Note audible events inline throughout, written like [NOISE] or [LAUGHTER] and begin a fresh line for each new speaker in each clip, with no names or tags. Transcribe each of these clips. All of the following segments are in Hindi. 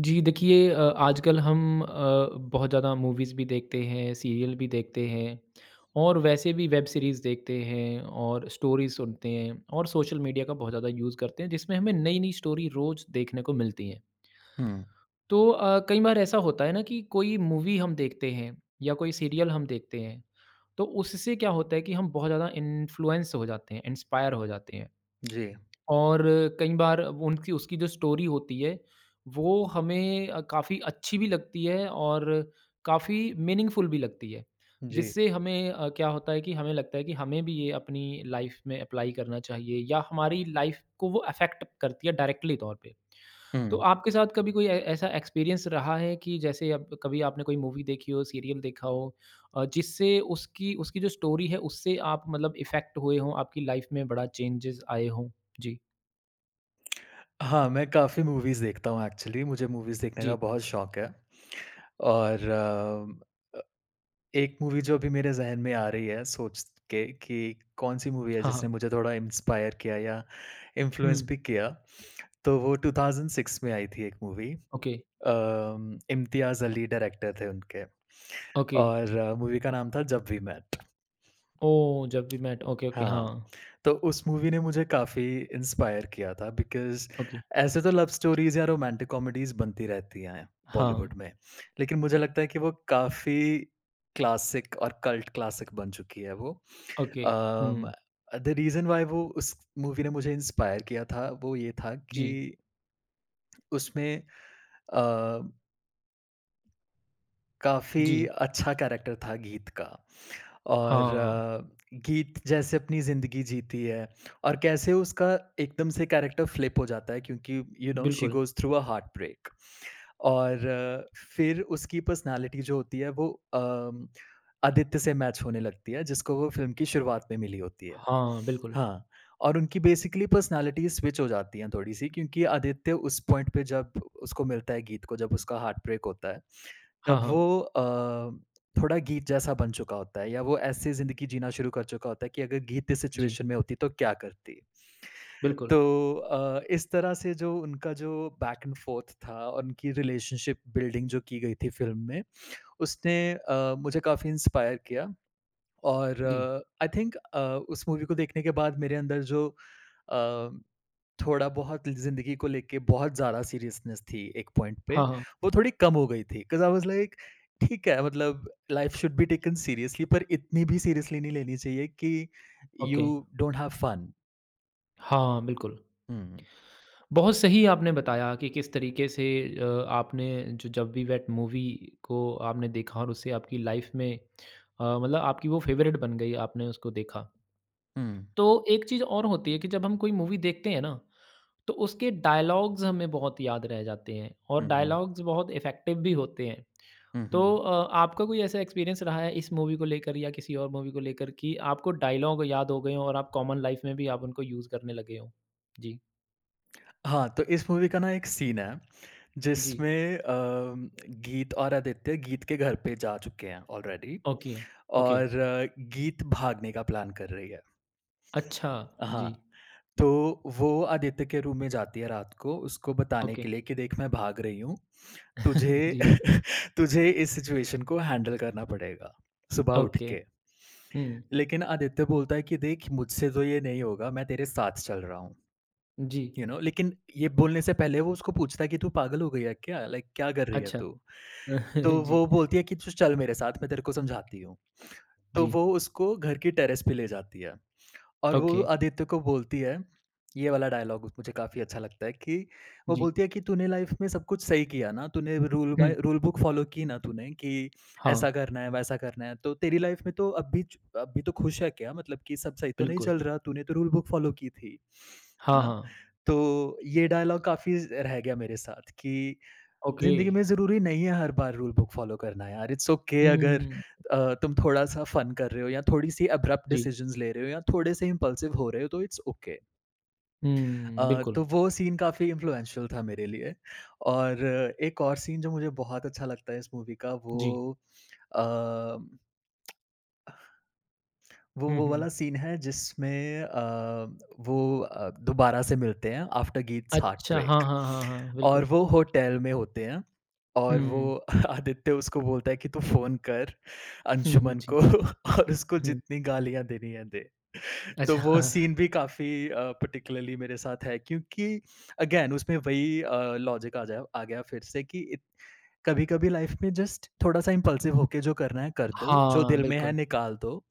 जी देखिए आजकल हम बहुत ज़्यादा मूवीज़ भी देखते हैं, सीरियल भी देखते हैं और वैसे भी वेब सीरीज़ देखते हैं और स्टोरीज़ सुनते हैं और सोशल मीडिया का बहुत ज़्यादा यूज़ करते हैं जिसमें हमें नई-नई स्टोरी रोज़ देखने को मिलती हैं।
हुँ।
तो कई बार ऐसा होता है ना कि कोई मूवी हम देखते हैं या कोई सीरियल हम देखते हैं, तो उससे क्या होता है कि हम बहुत ज़्यादा इन्फ्लुएंस हो जाते हैं, इंस्पायर हो जाते हैं।
जी,
और कई बार उनकी उसकी जो स्टोरी होती है, वो हमें काफ़ी अच्छी भी लगती है और काफ़ी मीनिंगफ़ुल भी लगती है।
जी।
जिससे हमें क्या होता है कि हमें लगता है कि हमें भी ये अपनी लाइफ़ में अप्लाई करना चाहिए या हमारी लाइफ़ को वो अफ़ेक्ट करती है डायरेक्टली तौर पे। तो
हुँ।
आपके साथ कभी कोई ए ऐसा एक्सपीरियंस रहा है कि जैसे अब कभी आपने कोई मूवी देखी हो, सीरियल देखा हो जिससे उसकी उसकी जो स्टोरी है उससे आप मतलब इफ़ेक्ट हुए हों, आपकी लाइफ़ में बड़ा चेंजेज़ आए हों? जी।
हाँ, मैं काफ़ी मूवीज़ देखता हूँ एक्चुअली, मुझे मूवीज़ देखने
जी।
का बहुत शौक है और एक मूवी जो अभी मेरे ज़हन में आ रही है सोच के कि कौन-सी मूवी है
हाँ,
जिसने
हाँ।
मुझे थोड़ा इंस्पायर किया या इन्फ्लुएंस भी
हुँ।
किया, तो वो 2006 में आई थी एक movie,
okay,
Imtiaz Ali director थे उनके
ओके।
और मूवी का नाम था जब वी मेट।
ओह! जब वी मेट ओके, ओके। हाँ,
हाँ, तो उस मूवी ने मुझे काफ़ी इंस्पायर किया था बिकॉज़
ओके।
ऐसे तो लव स्टोरीज़ या रोमांटिक कॉमेडीज़ बनती रहती हैं
हाँ,
बॉलीवुड में। लेकिन मुझे लगता है कि वो काफ़ी क्लासिक और कल्ट क्लासिक बन चुकी है वो।
Okay.
Um,
hmm.
The reason why वो उस मूवी ने मुझे इंस्पायर किया था, वो ये था
जी,
कि उसमें अ, काफ़ी
जी।
अच्छा कैरेक्टर था गीत का। और
हाँ,
गीत जैसे अपनी ज़िंदगी जीती है और कैसे उसका एकदम से कैरेक्टर फ्लिप हो जाता है क्योंकि यू नो शी
बिल्कुल।
Goes through a heart break और फिर उसकी पर्सनैलिटी जो होती है वो आदित्य से मैच होने लगती है जिसको वो फ़िल्म की शुरुआत में मिली होती है।
हाँ, बिल्कुल।
हाँ, और उनकी बेसिकली पर्सनैलिटी स्विच हो जाती हैं थोड़ी-सी क्योंकि आदित्य उस पॉइंट पे जब उसको मिलता है गीत को जब उसका हार्ट ब्रेक होता है
हाँ,
तब
हाँ।
वो थोड़ा गीत जैसा बन चुका होता है या वो ऐसे ज़िंदगी जीना शुरू कर चुका होता है कि अगर गीत इस
जी,
सिचुएशन में होती तो क्या करती?
बिल्कुल।
तो इस तरह से जो उनका जो बैक एंड फ़ोर्थ था और उनकी रिलेशनशिप बिल्डिंग जो की गई थी फ़िल्म में, उसने मुझे काफ़ी इंस्पायर किया और
जी।
आई थिंक उस मूवी को देखने के बाद मेरे अंदर जो अ थोड़ा-बहुत ज़िंदगी को लेके बहुत ज़्यादा सीरियसनेस थी एक पॉइंट पे,
हाँ, हाँ।
वो थोड़ी कम हो गई थी, बिकॉज़ आई वाज़ लाइक ठीक है मतलब life should be taken seriously पर इतनी भी सीरियसली नहीं लेनी चाहिए कि
okay.
You don't have fun.
हाँ, बिल्कुल।
हुँ,
बहुत सही आपने बताया कि किस तरीके से आपने जो जब वी मेट मूवी को आपने देखा और उससे आपकी लाइफ़ में मतलब आपकी वो फ़ेवरेट बन गई, आपने उसको देखा।
हुँ,
तो एक चीज़ और होती है कि जब हम कोई मूवी देखते हैं ना तो उसके डायलॉग्स हमें बहुत याद रह जाते हैं और
हुँ, हुँ,
डायलॉग्स बहुत इफ़ेक्टिव भी होते हैं।
हुँ,
तो
हुँ।
आपका कोई ऐसा एक्सपीरियंस रहा है इस मूवी को लेकर या किसी और मूवी को लेकर कि आपको डायलॉग याद हो गए हों और आप कॉमन लाइफ़ में भी आप उनको यूज़ करने लगे हों? जी,
हाँ, तो इस मूवी का ना एक सीन है
जी।
जिसमें गीत और आदित्य गीत के घर पे जा चुके हैं ऑलरेडी
ओके, ओके।
और गीत भागने का प्लान कर रही है।
अच्छा,
हाँ।
जी,
तो वो आदित्य के रूम में जाती है रात को उसको बताने
ओके।
के लिए कि देख मैं भाग रही हूँ। तुझे
[LAUGHS] जी,
[LAUGHS] तुझे इस सिचुएशन को हैंडल करना पड़ेगा, सुबह उठ
ओके।
के।
हुँ,
लेकिन आदित्य बोलता है कि देख मुझसे तो ये नहीं होगा, मैं तेरे साथ चल रहा हूँ।
जी,
यू नो लेकिन ये बोलने से पहले वो उसको पूछता है कि तू पागल हो गई है क्या? लाइक क्या कर रही है
अच्छा।
तू? तो
[LAUGHS] जी,
वो बोलती है कि तू चल मेरे साथ मैं तेरे को समझाती हूँ। तो
जी,
वो उसको घर की टेरेस पे ले जाती है। और
ओके,
वो आदित्य को बोलती है, ये वाला डायलॉग मुझे काफ़ी अच्छा लगता है कि वो
जी।
बोलती है कि तूने लाइफ़ में सब कुछ सही किया ना, तूने रूल
हुँ,
बाय रूल बुक फ़ॉलो की ना तूने कि
हाँ,
ऐसा करना है, वैसा करना है, तो तेरी लाइफ़ में तो अब भी तो खुश है क्या? मतलब कि सब सही तो नहीं
बिल्कुल।
चल रहा, तूने तो रूल बुक फ़ॉलो की थी। है
हाँ,
ना?
हाँ,
तो ये डायलॉग काफ़ी रह गया मेरे साथ कि
ओके।
ज़िंदगी में ज़रूरी नहीं है हर बार रूल बुक फ़ॉलो करना यार, इट्स ओके अगर
हुँ,
तुम थोड़ा-सा फ़न कर रहे हो या थोड़ी-सी अब्रप्ट
जी।
डिसीज़न्स ले रहे हो या थोड़े-से इम्पल्सिव हो रहे हो तो इट्स ओके।
हुँ, बिल्कुल।
तो वो सीन काफ़ी इन्फ्लुएंशियल था मेरे लिए और एक और सीन जो मुझे बहुत अच्छा लगता है इस मूवी का
जी।
वो अ, वो
हुँ,
वो
हुँ।
वाला सीन है जिसमें वो दोबारा से मिलते हैं आफ्टर गीट्स हार्ट
अच्छा, हाँ,
ब्रेक।
हाँ, हाँ, हाँ,
और
बिल्कुल।
वो होटल में होते हैं और वो
हुँ,
[LAUGHS] आदित्य उसको बोलता है कि तू फ़ोन कर
हुँ, हुँ,
अंशुमन
[LAUGHS] जी,
को [LAUGHS] और उसको
हुँ।
जितनी गालियाँ देनी है दे। तो
अच्छा,
वो सीन
[LAUGHS]
भी काफ़ी पार्टिकुलरली मेरे साथ है क्योंकि अगेन उसमें वही लॉजिक आ गया फिर से कि इत कभी-कभी लाइफ़ में जस्ट थोड़ा-सा इम्पल्सिव होके जो करना है कर दो, जो
हाँ,
दिल में है
बिल्कुल।
निकाल दो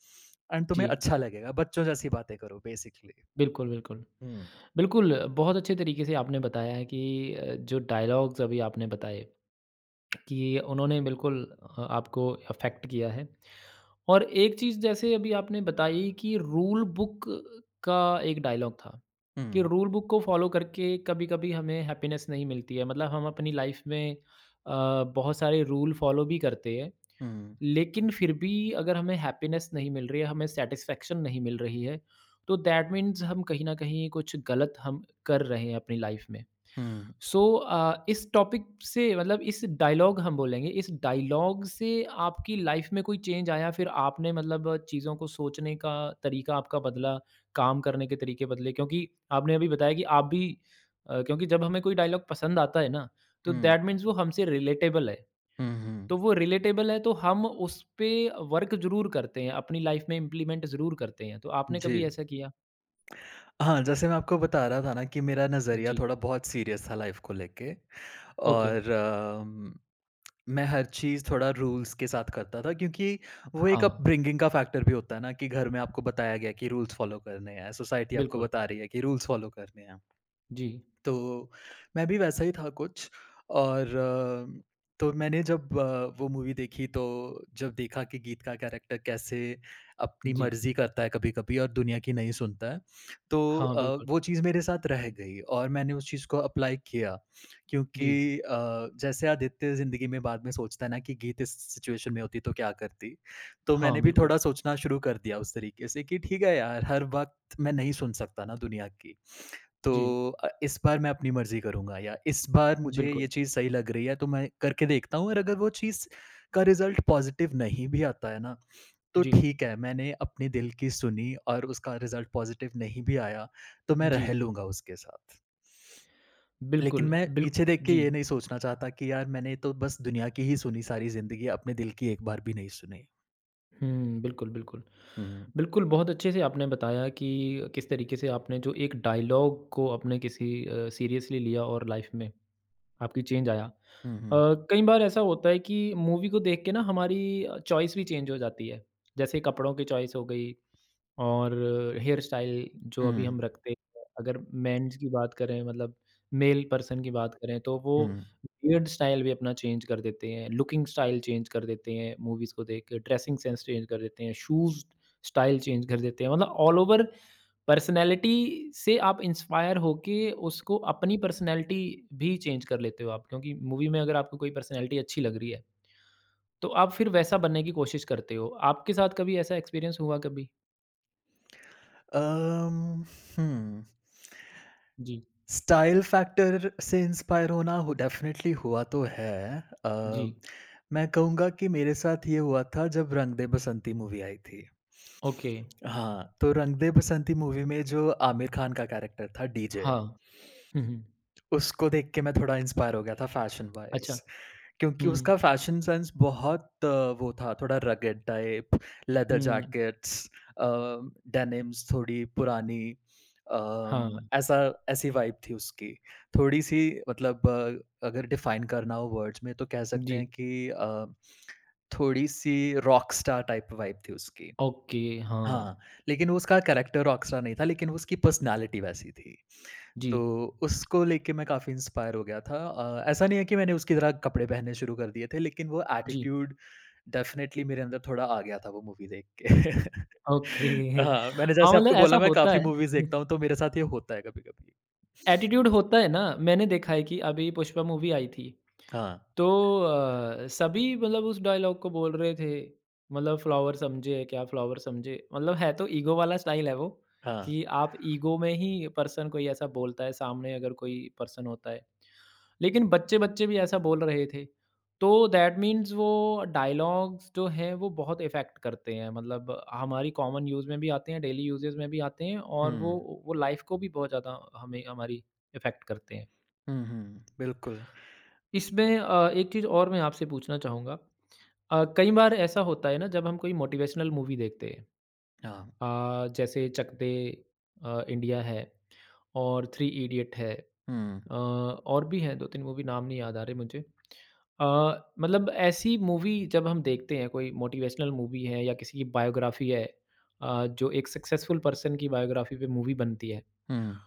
एंड
जी,
तुम्हें अच्छा लगेगा। बच्चों जैसी बातें करो बेसिकली।
बिल्कुल, बिल्कुल।
हुँ,
बिल्कुल, बहुत अच्छे तरीके से आपने बताया है कि जो डायलॉग्स अभी आपने बताए कि उन्होंने बिल्कुल आपको अफ़ेक्ट किया है। और एक चीज़ जैसे अभी आपने बताई कि रूल बुक का एक डायलॉग था, कि
हुँ,
रूल बुक को फ़ॉलो करके कभी-कभी हमें हैप्पीनेस नहीं मिलती है। मतलब हम अपनी लाइफ़ में अ, बहुत सारे रूल फ़ॉलो भी करते हैं,
हुँ,
लेकिन फिर भी अगर हमें हैप्पीनेस नहीं मिल रही है, हमें सैटिस्फैक्शन नहीं मिल रही है, तो दैट मीन्स हम कहीं न कहीं कुछ गलत हम कर रहे हैं अपनी लाइफ़ में।
हुँ,
सो इस टॉपिक से मतलब इस डायलॉग हम बोलेंगे, इस डायलॉग से आपकी लाइफ में कोई चेंज आया? फिर आपने मतलब चीज़ों को सोचने का तरीका आपका बदला, काम करने के तरीके बदले? क्योंकि आपने अभी बताया कि आप भी क्योंकि जब हमें कोई डायलॉग पसंद आता है ना, तो
हुँ,
दैट मीन्स वो हमसे रिलेटेबल है।
हुँ, हुँ।
तो वो रिलेटेबल है तो हम उस पे वर्क ज़रूर करते हैं, अपनी लाइफ में इम्प्लीमेंट ज़रूर करते हैं। तो आपने
जी।
कभी ऐसा किया?
हाँ, जैसे मैं आपको बता रहा था ना कि मेरा नज़रिया
जी,
थोड़ा बहुत सीरियस था लाइफ़ को लेके
ओके।
और मैं हर चीज़ थोड़ा रूल्स के साथ करता था क्योंकि वो
हाँ,
एक अपब्रिंगिंग का फैक्टर भी होता है ना कि घर में आपको बताया गया कि रूल्स फ़ॉलो करने हैं, सोसाइटी आपको
बिल्कुल।
बता रही है कि रूल्स फ़ॉलो करने हैं।
जी,
तो मैं भी वैसा ही था कुछ और तो मैंने जब वो मूवी देखी तो जब देखा कि गीत का कैरेक्टर कैसे अपनी
जी।
मर्जी करता है कभी-कभी और दुनिया की नहीं सुनता है, तो
हाँ, बिल्कुल।
वो चीज़ मेरे साथ रह गई और मैंने उस चीज़ को अप्लाई किया
जी।
क्योंकि जैसे आदित्य ज़िंदगी में बाद में सोचता है ना कि गीत इस सिचुएशन में होती तो क्या करती? तो
हाँ,
मैंने भी
बिल्कुल।
थोड़ा सोचना शुरू कर दिया उस तरीके से कि ठीक है यार, हर वक़्त मैं नहीं सुन सकता ना दुनिया की। तो
जी,
इस बार मैं अपनी मर्ज़ी करूँगा या इस बार मुझे
बिल्कुल।
ये चीज़ सही लग रही है तो मैं करके देखता हूँ और अगर वो चीज़ का रिज़ल्ट पॉज़िटिव नहीं भी आता है ना, तो
जी,
ठीक है मैंने अपने दिल की सुनी और उसका रिज़ल्ट पॉज़िटिव नहीं भी आया, तो मैं
जी।
रह लूँगा उसके साथ। लेकिन
बिल्कुल,
मैं
बिल
पीछे देख के
जी।
ये नहीं सोचना चाहता कि यार मैंने तो बस दुनिया की ही सुनी सारी ज़िंदगी अपने दिल की एक बार भी नहीं सुनी।
हुँ, बिल्कुल, बिल्कुल।
हुँ,
बिल्कुल, बहुत अच्छे से आपने बताया कि किस तरीके से आपने जो एक डायलॉग को आपने किसी सीरियसली लिया और लाइफ़ में आपकी चेंज आया।
हुँ, हुँ,
कई बार ऐसा होता है कि मूवी को देख के ना हमारी चॉइस भी चेंज हो जाती है। जैसे कपड़ों की चॉइस हो गई और हेयर स्टाइल जो अभी
हुँ,
हम
हुँ,
रखते हैं, अगर मेंस की बात करें मतलब मेल पर्सन की बात करें तो वो
हुँ।
बियर्ड स्टाइल भी अपना चेंज कर देते हैं, लुकिंग स्टाइल चेंज कर देते हैं मूवीज़ को देख के, ड्रेसिंग सेंस चेंज कर देते हैं, शूज़ स्टाइल चेंज कर देते हैं। मतलब ऑल ओवर पर्सनैलिटी से आप इंस्पायर होके उसको अपनी पर्सनैलिटी भी चेंज कर लेते हो आप क्योंकि मूवी में अगर आपको कोई पर्सनैलिटी अच्छी लग रही है, तो आप फिर वैसा बनने की कोशिश करते हो। आपके साथ कभी ऐसा एक्सपीरियंस हुआ कभी?
अम, हुँ।
जी,
स्टाइल फैक्टर से इंस्पायर होना हो डेफ़िनेटली हुआ तो है। अ,
जी।
मैं कहूँगा कि मेरे साथ ये हुआ था जब रंग दे बसंती मूवी आई थी।
ओके,
हाँ, तो रंग दे बसंती मूवी में जो आमिर खान का कैरेक्टर था डीजे,
हाँ। हुँ, हुँ।
उसको देख के मैं थोड़ा इंस्पायर हो गया था फैशन
अच्छा।
वाइज़। क्योंकि
हुँ,
उसका फ़ैशन सेंस बहुत वो था, थोड़ा रगेड टाइप, लेदर
हुँ।
जैकेट्स अ, डेनिम्स थोड़ी पुरानी
हाँ,
ऐसा ऐसी वाइब थी उसकी। थोड़ी-सी मतलब अगर डिफ़ाइन करना हो वर्ड्स में तो कह सकते
जी।
हैं कि थोड़ी-सी रॉकस्टार टाइप वाइब थी उसकी।
ओके, हाँ।
हाँ, लेकिन वो उसका कैरेक्टर रॉकस्टार नहीं था, लेकिन उसकी पर्सनैलिटी वैसी थी।
जी,
तो उसको लेके मैं काफ़ी इंस्पायर हो गया था। ऐसा नहीं है कि मैंने उसकी तरह कपड़े पहनने शुरू कर दिए थे, लेकिन वो
जी।
एटीट्यूड डेफ़िनेटली मेरे अंदर थोड़ा आ गया था वो मूवी देख के। [LAUGHS]
ओके।
हाँ, मैंने
हाँ,
जैसे
मतलब
आपको
ऐसा
बोला मैं
होता
काफ़ी
है।
मूवीज़
हुँ,
देखता हूँ, तो मेरे साथ ये होता है कभी-कभी।
एटीट्यूड होता है ना, मैंने देखा है कि अभी पुष्पा मूवी आई थी,
हाँ,
तो सभी मतलब उस डायलॉग को बोल रहे थे, मतलब फ्लावर समझे, क्या फ्लावर समझे, मतलब है तो ईगो वाला स्टाइल है वो,
हाँ।
कि आप ईगो में ही पर्सन कोई ऐसा बोलता है, सामने अगर कोई पर्सन होता है। लेकिन बच्चे-बच्चे भी ऐसा बोल रहे थे। तो दैट मीन्स वो डायलॉग्स जो हैं वो बहुत इफ़ेक्ट करते हैं मतलब हमारी कॉमन यूज़ में भी आते हैं, डेली यूज़ेज़ में भी आते हैं और वो
हुँ।
वो लाइफ़ को भी बहुत ज़्यादा हमें हमारी इफ़ेक्ट करते हैं।
हुँ, हुँ। बिल्कुल।
इसमें एक चीज़ और मैं आपसे पूछना चाहूँगा। कई बार ऐसा होता है ना जब हम कोई मोटिवेशनल मूवी देखते हैं
हाँ।
जैसे चक दे इंडिया है और थ्री इडियट है।
हुँ,
और भी हैं 2-3 मूवी नाम नहीं याद आ रहे मुझे। मतलब ऐसी मूवी जब हम देखते हैं कोई मोटिवेशनल मूवी है या किसी की बायोग्राफी है जो एक सक्सेसफुल पर्सन की बायोग्राफी पे मूवी बनती है,
हुँ।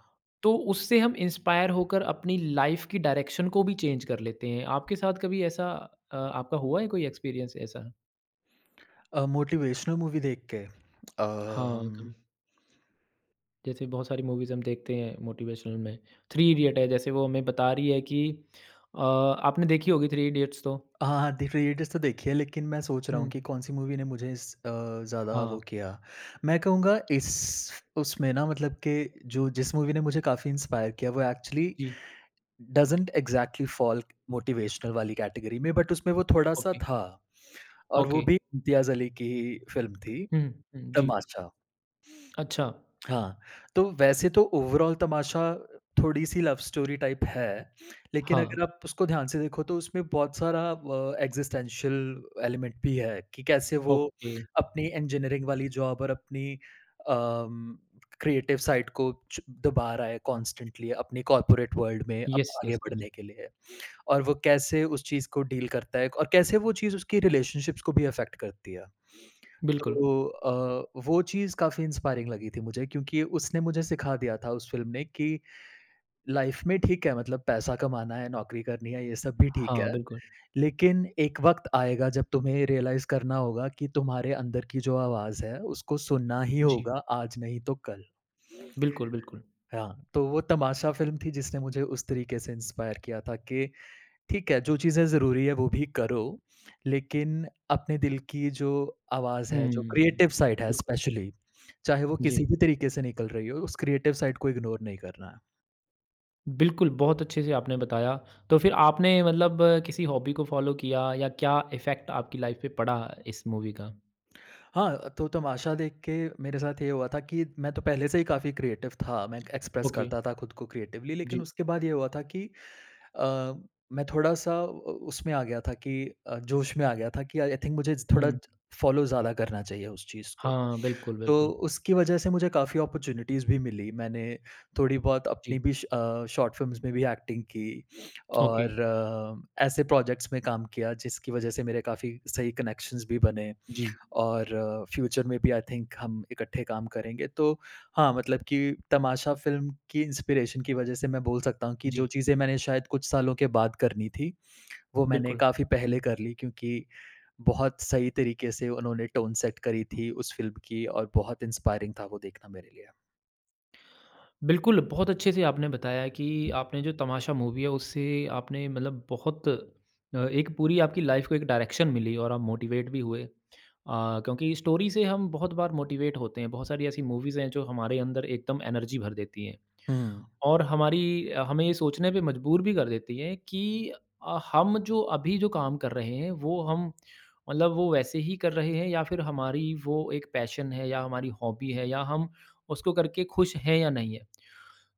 तो उससे हम इंस्पायर होकर अपनी लाइफ की डायरेक्शन को भी चेंज कर लेते हैं। आपके साथ कभी ऐसा आपका हुआ है कोई एक्सपीरियंस ऐसा?
मोटिवेशनल मूवी देख के
हाँ,
अम
कभी जैसे बहुत सारी मूवीज़ हम देखते हैं मोटिवेशनल में, थ्री इडियट है जैसे वो हमें बता रही है कि आपने देखी होगी थ्री इडियट्स तो?
हाँ, द क्रिएटर्स तो देखी है, लेकिन मैं सोच रहा हूँ
हुँ।
कि कौन-सी मूवी ने मुझे इस ज़्यादा वो
हाँ।
किया। मैं कहूँगा इस उसमें ना मतलब कि जो जिस मूवी ने मुझे काफ़ी इंस्पायर किया वो एक्चुअली
जी,
डज़न्ट एग्ज़ैक्टली फ़ॉल मोटिवेशनल वाली कैटेगरी में बट उसमें वो थोड़ा-सा
ओके,
था और वो
ओके।
भी इम्तियाज़ अली की फ़िल्म थी,
हुँ, हुँ, जी।
तमाशा।
अच्छा,
हाँ, तो वैसे तो ओवरॉल तमाशा थोड़ी-सी लव स्टोरी टाइप है, लेकिन
हाँ,
अगर आप उसको ध्यान से देखो तो उसमें बहुत सारा एक्जिस्टेंशियल एलिमेंट भी है कि कैसे वो
ओके।
अपनी इंजीनियरिंग वाली जॉब और अपनी अम, क्रिएटिव साइड को च दबा रहा है कॉन्स्टेंटली अपनी कॉर्पोरेट वर्ल्ड में अब
यस,
आगे
यस, यस।
बढ़ने के लिए और वो कैसे उस चीज़ को डील करता है और कैसे वो चीज़ उसकी रिलेशनशिप्स को भी अफेक्ट करती है।
बिल्कुल।
तो वो चीज़ काफ़ी इंस्पायरिंग लगी थी मुझे क्योंकि उसने मुझे सिखा दिया था उस फ़िल्म ने कि लाइफ़ में ठीक है मतलब पैसा कमाना है, नौकरी करनी है, ये सब भी ठीक
हाँ,
है।
बिल्कुल।
लेकिन एक वक़्त आएगा जब तुम्हें रियलाइज़ करना होगा कि तुम्हारे अंदर की जो आवाज़ है उसको सुनना ही
जी,
होगा आज नहीं तो कल।
बिल्कुल, बिल्कुल।
हाँ, तो वो तमाशा फ़िल्म थी जिसने मुझे उस तरीके से इंस्पायर किया था कि ठीक है, जो चीज़ें ज़रूरी है वो भी करो, लेकिन अपने दिल की जो आवाज़ है, जो
हुँ,
क्रिएटिव साइड है
बिल्कुल।
स्पेशली, चाहे वो
जी,
किसी भी तरीके से निकल रही हो, उस क्रिएटिव साइड को इग्नोर नहीं करना है।
बिल्कुल, बहुत अच्छे से आपने बताया। तो फिर आपने मतलब किसी हॉबी को फ़ॉलो किया या क्या इफ़ेक्ट आपकी लाइफ़ पे पड़ा इस मूवी का?
हाँ, तो तमाशा देख के मेरे साथ ये हुआ था कि मैं तो पहले से ही काफ़ी क्रिएटिव था, मैं एक्सप्रेस
ओके,
करता था खुद को क्रिएटिवली, लेकिन
जी।
उसके बाद ये हुआ था कि अ, मैं थोड़ा-सा उ उसमें आ गया था कि जोश में आ गया था कि आई थिंक मुझे ज थोड़ा
हुँ,
ज फॉलो ज़्यादा करना चाहिए उस चीज़ को।
हाँ, बिल्कुल,
तो
बिल्कुल।
उसकी वजह से मुझे काफ़ी अपॉर्च्युनिटीज़ भी मिली। मैंने थोड़ी बहुत
जी,
अपनी भी शॉर्ट फ़िल्म्स में भी एक्टिंग की
ओके।
और ऐसे प्रोजेक्ट्स में काम किया जिसकी वजह से मेरे काफ़ी सही कनेक्शंस भी बने
जी,
और फ्यूचर में भी आई थिंक हम इकट्ठे काम करेंगे। तो हाँ, मतलब कि तमाशा फ़िल्म की इंस्पिरेशन की वजह से मैं बोल सकता हूँ कि जो
जी,
चीज़ें मैंने शायद कुछ सालों के बाद करनी थी वो मैंने
बिल्कुल।
काफ़ी पहले कर ली क्योंकि बहुत सही तरीके से उन्होंने टोन सेट करी थी उस फ़िल्म की और बहुत इंस्पायरिंग था वो देखना मेरे लिए।
बिल्कुल, बहुत अच्छे से आपने बताया कि आपने जो तमाशा मूवी है उससे आपने मतलब बहुत एक पूरी आपकी लाइफ़ को एक डायरेक्शन मिली और आप मोटिवेट भी हुए। क्योंकि स्टोरी से हम बहुत बार मोटिवेट होते हैं, बहुत सारी ऐसी मूवीज़ हैं जो हमारे अंदर एकदम एनर्जी भर देती हैं
हुँ,
और हमारी हमें ये सोचने पे मजबूर भी कर देती हैं कि हम जो अभी जो काम कर रहे हैं वो हम मतलब वो वैसे ही कर रहे हैं या फिर हमारी वो एक पैशन है या हमारी हॉबी है या हम उसको करके खुश हैं या नहीं है।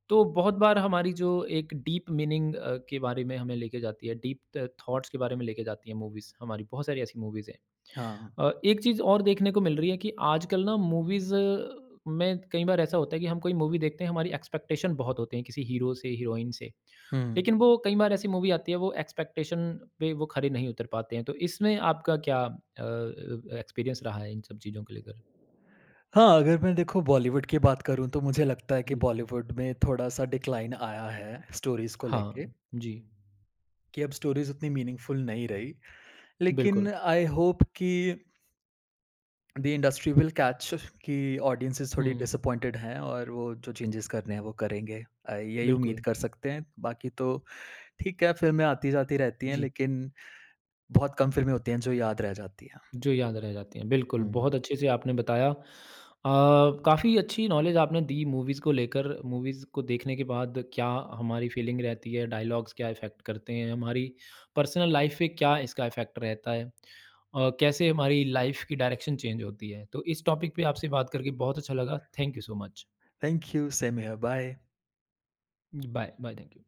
तो बहुत बार हमारी जो एक डीप मीनिंग के बारे में हमें लेके जाती है, डीप थ थॉट्स के बारे में लेके जाती है मूवीज़, हमारी बहुत सारी ऐसी मूवीज़ हैं।
हाँ।
एक चीज़ और देखने को मिल रही है कि आजकल ना मूवीज़ में कई बार ऐसा होता है कि हम कोई मूवी देखते हैं, हमारी एक्सपेक्टेशन बहुत होते हैं किसी हीरो से, हीरोइन से।
हुँ।
लेकिन वो कई बार ऐसी मूवी आती है, वो एक्सपेक्टेशन पे वो खरे नहीं उतर पाते हैं। तो इसमें आपका क्या एक्सपीरियंस रहा है इन सब चीज़ों को लेकर?
हाँ, अगर मैं देखो बॉलीवुड की बात करूँ तो मुझे लगता है कि
जी।
बॉलीवुड में थोड़ा-सा डिक्लाइन आया है स्टोरीज़ को लेके,
हाँ, जी,
कि अब स्टोरीज़ उतनी मीनिंगफ़ुल नहीं रही।
बिल्कुल।
लेकिन आई होप कि द इंडस्ट्री विल कैच कि ऑडियंसेस थोड़ी
हुँ,
डिसअपॉइंटेड हैं और वो जो चेंजेस करने हैं वो करेंगे। यही उम्मीद
बिल्कुल।
कर सकते हैं, बाकी तो ठीक है, फ़िल्में आती-जाती रहती हैं
जी।
लेकिन बहुत कम फ़िल्में होती हैं जो याद रह जाती हैं।
जो याद रह जाती हैं। बिल्कुल, बहुत
हुँ।
अच्छे से आपने बताया। काफ़ी अच्छी नॉलेज आपने दी मूवीज़ को लेकर, मूवीज़ को देखने के बाद क्या हमारी फ़ीलिंग रहती है, डायलॉग्स क्या इफ़ेक्ट करते हैं, हमारी पर्सनल लाइफ़ पे क्या इसका इफ़ेक्ट रहता है और कैसे हमारी लाइफ़ की डायरेक्शन चेंज होती है। तो इस टॉपिक पे आपसे बात करके बहुत अच्छा लगा। Thank you so much.
Thank you, same here, bye.
Bye, bye, thank you.